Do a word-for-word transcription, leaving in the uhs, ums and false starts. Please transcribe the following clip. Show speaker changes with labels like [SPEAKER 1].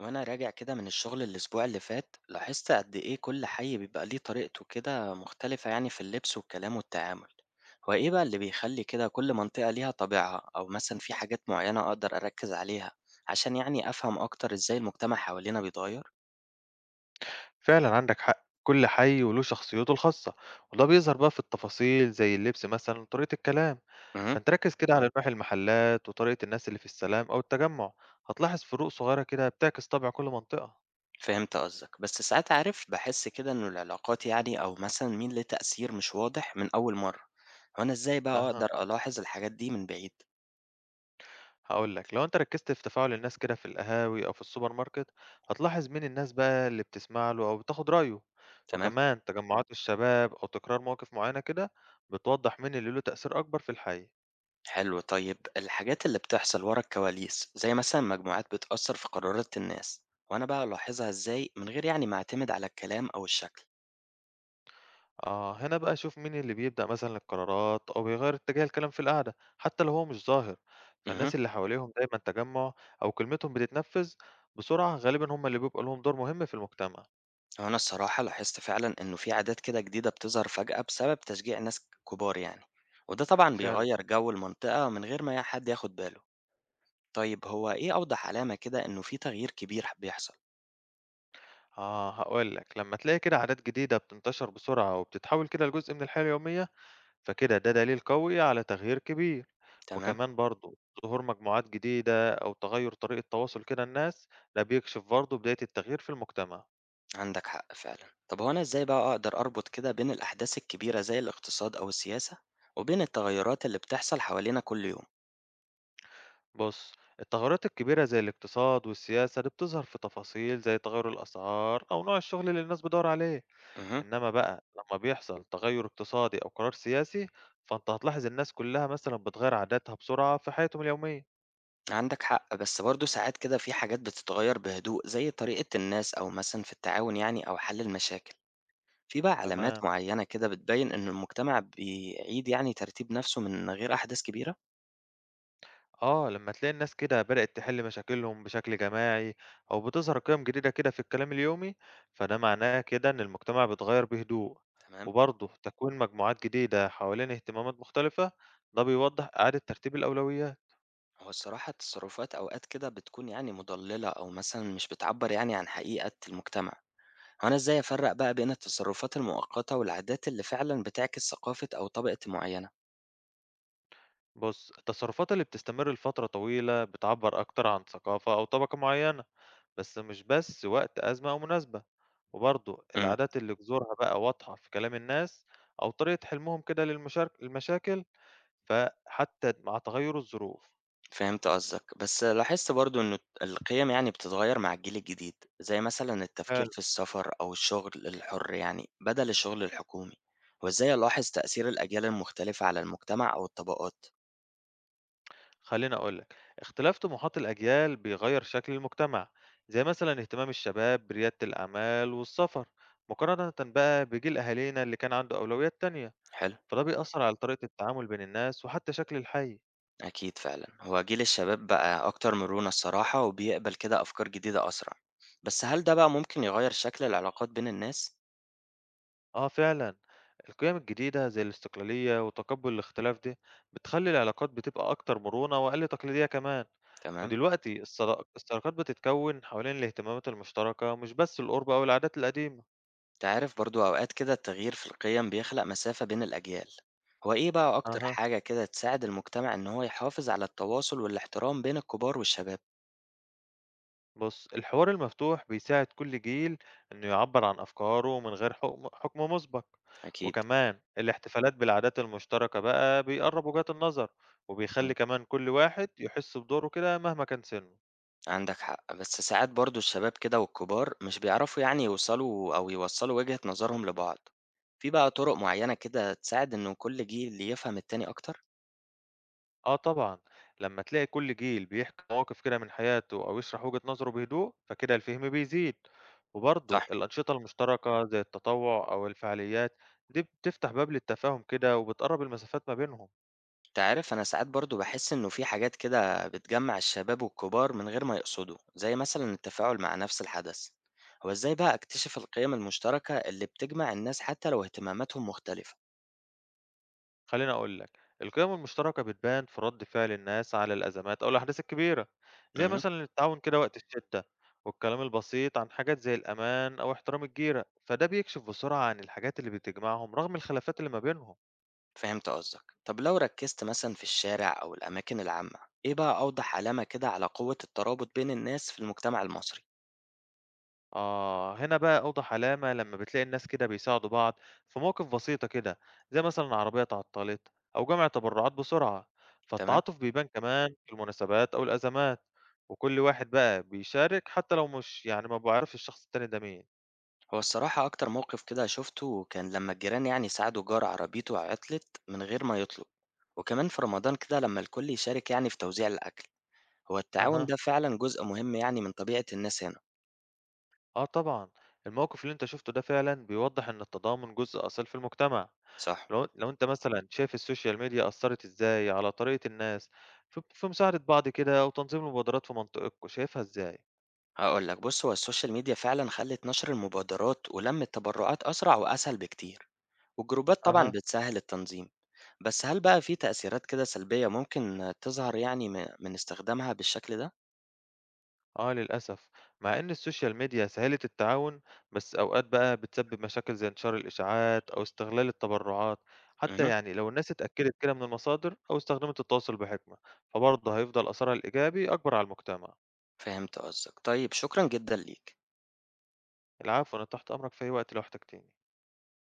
[SPEAKER 1] وانا راجع كده من الشغل الاسبوع اللي فات، لاحظت قد ايه كل حي بيبقى ليه طريقته كده مختلفة، يعني في اللبس والكلام والتعامل. هو ايه بقى اللي بيخلي كده كل منطقة ليها طابعها، او مثلا في حاجات معينة اقدر اركز عليها عشان يعني افهم اكتر ازاي المجتمع حوالينا بيتغير؟
[SPEAKER 2] فعلا عندك حق، كل حي وله شخصيته الخاصة. وده بيظهر بقى في التفاصيل زي اللبس مثلا وطريقة الكلام.
[SPEAKER 1] امم.
[SPEAKER 2] فانت ركز كده على نوع المحلات وطريقة الناس اللي في السلام أو التجمع. هتلاحظ فروق صغيرة كده بتعكس طبع كل منطقة.
[SPEAKER 1] فهمت قصدك، بس ساعات عارف بحس كده ان العلاقات يعني، او مثلا مين ليه تأثير، مش واضح من اول مرة. وانا ازاي بقى
[SPEAKER 2] أها،
[SPEAKER 1] اقدر الاحظ الحاجات دي من بعيد؟
[SPEAKER 2] هقول لك لو انت ركزت في تفاعل الناس كده في القهاوي أو في السوبر ماركت، هتلاحظ مين الناس بقى اللي بتسمع له أو بتاخد رأيه.
[SPEAKER 1] تمام.
[SPEAKER 2] وكمان تجمعات الشباب أو تكرار مواقف معينة كده بتوضح مين اللي له تأثير أكبر في الحي.
[SPEAKER 1] حلو، طيب الحاجات اللي بتحصل ورا الكواليس، زي مثلا مجموعات بتأثر في قرارات الناس، وأنا بقى ألاحظها إزاي من غير يعني ما أعتمد على الكلام أو الشكل؟
[SPEAKER 2] آه، هنا بقى شوف مين اللي بيبدأ مثلا القرارات أو بيغير اتجاه الكلام في القعدة حتى لو هو مش ظاهر.
[SPEAKER 1] امم.
[SPEAKER 2] فالناس اللي حواليهم دايما تجمع أو كلمتهم بتتنفذ بسرعة، غالبا هم اللي بيبقى لهم دور مهم في المجتمع.
[SPEAKER 1] أنا الصراحة لاحظت فعلا إنه في عادات كده جديدة بتظهر فجأة بسبب تشجيع ناس كبار، يعني وده طبعا
[SPEAKER 2] فعلا.
[SPEAKER 1] بيغير جو المنطقة من غير ما حد ياخد باله. طيب، هو إيه أوضح علامة كده إنه في تغيير كبير بيحصل؟
[SPEAKER 2] آه، هقول لك لما تلاقي كده عادات جديدة بتنتشر بسرعة وبتتحول كده لجزء من الحياة اليومية، فكده ده دليل قوي على تغيير كبير.
[SPEAKER 1] تمام.
[SPEAKER 2] وكمان برضه ظهور مجموعات جديدة أو تغير طريقة تواصل كده الناس، ده بيكشف برضه بداية التغيير في المجتمع.
[SPEAKER 1] عندك حق فعلا. طب هو أنا إزاي بقى أقدر أربط كده بين الأحداث الكبيرة زي الاقتصاد أو السياسة، وبين التغيرات اللي بتحصل حوالينا كل يوم؟
[SPEAKER 2] بص، التغيرات الكبيرة زي الاقتصاد والسياسة دي بتظهر في تفاصيل زي تغير الأسعار أو نوع الشغل اللي الناس بتدور عليه.
[SPEAKER 1] امم.
[SPEAKER 2] إنما بقى لما بيحصل تغير اقتصادي أو قرار سياسي، فأنت هتلاحظ الناس كلها مثلا بتغير عاداتها بسرعة في حياتهم اليومية.
[SPEAKER 1] عندك حق، بس برضه ساعات كده في حاجات بتتغير بهدوء، زي طريقة الناس أو مثلا في التعاون يعني، أو حل المشاكل. في بقى علامات
[SPEAKER 2] تمام.
[SPEAKER 1] معينة كده بتبين إن المجتمع بيعيد يعني ترتيب نفسه من غير أحداث كبيرة؟
[SPEAKER 2] آه، لما تلاقي الناس كده بدأت تحل مشاكلهم بشكل جماعي أو بتظهر قيم جديدة كده في الكلام اليومي، فده معناه كده إن المجتمع بيتغير بهدوء.
[SPEAKER 1] تمام.
[SPEAKER 2] وبرضه تكوين مجموعات جديدة حوالين اهتمامات مختلفة، ده بيوضح إعادة ترتيب الأولويات.
[SPEAKER 1] هو الصراحة التصرفات أوقات كده بتكون يعني مضللة، أو مثلا مش بتعبر يعني عن حقيقة المجتمع. هو أنا إزاي أفرّق بقى بين التصرفات المؤقتة والعادات اللي فعلًا بتعكس ثقافة أو طبقة معينة؟
[SPEAKER 2] بُص، التصرفات اللي بتستمر لفترة طويلة بتعبّر أكتر عن ثقافة أو طبقة معيّنة، بس مش بس وقت أزمة أو مناسبة. وبرضه
[SPEAKER 1] إمم،
[SPEAKER 2] العادات اللي جذورها بقى واضحة في كلام الناس أو طريقة حلمهم كده للمشارك للمشاكل، فحتى مع تغيُّر الظروف.
[SPEAKER 1] فهمت قصدك، بس لاحظت برضه إنه القيم يعني بتتغيّر مع الجيل الجديد، زي مثلًا التفكير
[SPEAKER 2] حلو.
[SPEAKER 1] في السفر أو الشغل الحُر، يعني بدل الشغل الحكومي. وإزاي ألاحظ تأثير الأجيال المختلفة على المجتمع أو الطبقات؟
[SPEAKER 2] خلّيني أقول لك، اختلاف طموحات الأجيال بيغيّر شكل المجتمع، زي مثلًا اهتمام الشباب بريادة الأعمال والسفر، مقارنةً بقى بجيل أهالينا اللي كان عنده أولويات تانية.
[SPEAKER 1] حلو.
[SPEAKER 2] فده بيأثّر على طريقة التعامل بين الناس وحتى شكل الحي.
[SPEAKER 1] أكيد فعلًا، هو جيل الشباب بقى أكتر مرونة الصراحة، وبيقبل كده أفكار جديدة أسرع، بس هل ده بقى ممكن يغيّر شكل العلاقات بين الناس؟
[SPEAKER 2] آه فعلًا، القيم الجديدة زي الاستقلالية وتقبُّل الاختلاف دي، بتخلّي العلاقات بتبقى أكتر مرونة وأقل تقليدية كمان.
[SPEAKER 1] تمام.
[SPEAKER 2] ودلوقتي الصدا الصداقات بتتكوّن حوالين الاهتمامات المشتركة مش بس القُرب أو العادات القديمة.
[SPEAKER 1] أنت عارف برضو أوقات كده التغيير في القيم بيخلق مسافة بين الأجيال. هو إيه بقى أكتر
[SPEAKER 2] أها.
[SPEAKER 1] حاجة كده تساعد المجتمع إن هو يحافظ على التواصل والاحترام بين الكبار والشباب؟
[SPEAKER 2] بُص، الحوار المفتوح بيساعد كل جيل إنه يعبّر عن أفكاره من غير حكم حكم مُسبق.
[SPEAKER 1] أكيد.
[SPEAKER 2] وكمان الاحتفالات بالعادات المشتركة بقى بيقرّب وجهات النظر، وبيخلّي
[SPEAKER 1] مم.
[SPEAKER 2] كمان كل واحد يحس بدوره كده مهما كان سنّه.
[SPEAKER 1] عندك حق، بس ساعات برضو الشباب كده والكبار مش بيعرفوا يعني يوصلوا، أو يوصلوا وجهة نظرهم لبعض. في بقى طرق معينة كده تساعد إنه كل جيل يفهم التاني أكتر؟
[SPEAKER 2] آه طبعًا، لمّا تلاقي كل جيل بيحكي مواقف كده من حياته أو يشرح وجهة نظره بهدوء، فكده الفهم بيزيد. وبرضه
[SPEAKER 1] صح.
[SPEAKER 2] الأنشطة المشتركة زي التطوع أو الفعاليات دي بتفتح باب للتفاهم كده وبتقرّب المسافات ما بينهم.
[SPEAKER 1] أنت عارف، أنا ساعات برضه باحس إنه في حاجات كده بتجمّع الشباب والكبار من غير ما يقصدوا، زي مثلًا التفاعل مع نفس الحدث. هو إزاي بقى أكتشف القيم المشتركة اللي بتجمع الناس حتى لو اهتماماتهم مختلفة؟
[SPEAKER 2] خليني أقول لك، القيم المشتركة بتبان في رد فعل الناس على الأزمات أو الأحداث الكبيرة، زي
[SPEAKER 1] اهم،
[SPEAKER 2] مثلًا التعاون كده وقت الشدة، والكلام البسيط عن حاجات زي الأمان أو احترام الجيرة، فده بيكشف بسرعة عن الحاجات اللي بتجمعهم رغم الخلافات اللي ما بينهم.
[SPEAKER 1] فهمت قصدك. طب لو ركزت مثلًا في الشارع أو الأماكن العامة، إيه بقى أوضح علامة كده على قوة الترابط بين الناس في المجتمع المصري؟
[SPEAKER 2] آه، هنا بقى أوضح علامة لما بتلاقي الناس كده بيساعدوا بعض في مواقف بسيطة كده، زي مثلا عربية اتعطلت أو جمع تبرعات بسرعة.
[SPEAKER 1] تمام.
[SPEAKER 2] فالتعاطف بيبان كمان في المناسبات أو الأزمات، وكل واحد بقى بيشارك حتى لو مش يعني ما بعرفش الشخص التاني ده مين.
[SPEAKER 1] هو الصراحة أكتر موقف كده شُفته كان لمّا الجيران يعني ساعدوا جار عربيته عطلت من غير ما يطلب، وكمان في رمضان كده لمّا الكل يشارك يعني في توزيع الأكل. هو التعاون
[SPEAKER 2] أها.
[SPEAKER 1] ده فعلًا جزء مهم يعني من طبيعة الناس هنا.
[SPEAKER 2] آه طبعا، الموقف اللي أنت شفته ده فعلا بيوضح إن التضامن جزء أصيل في المجتمع.
[SPEAKER 1] صح،
[SPEAKER 2] لو لو أنت مثلا شايف السوشيال ميديا أثرت إزاي على طريقة الناس في في مساعدة بعض كده وتنظيم المبادرات في منطقتكم، شايفها إزاي؟
[SPEAKER 1] هاقول لك. بُص، هو السوشيال ميديا فعلًا خلّت نشر المبادرات ولَم التبرعات أسرع وأسهل بكتير، والجروبات طبعًا
[SPEAKER 2] أها.
[SPEAKER 1] بتسهّل التنظيم. بس هل بقى في تأثيرات كده سلبية ممكن تظهر، يعني م من استخدامها بالشكل ده؟
[SPEAKER 2] آه للأسف، مع إن السوشيال ميديا سهلت التعاون، بس أوقات بقى بتسبب مشاكل زي انتشار الإشاعات أو استغلال التبرعات. حتى
[SPEAKER 1] اهم،
[SPEAKER 2] يعني لو الناس اتأكدت كده من المصادر أو استخدمت التواصل بحكمة، فبرضه هيفضل أثرها الإيجابي أكبر على المجتمع.
[SPEAKER 1] فهمت قصدك. طيب شكرًا جدًا ليك.
[SPEAKER 2] العفو، أنا تحت أمرك في أي وقت لو احتجتني.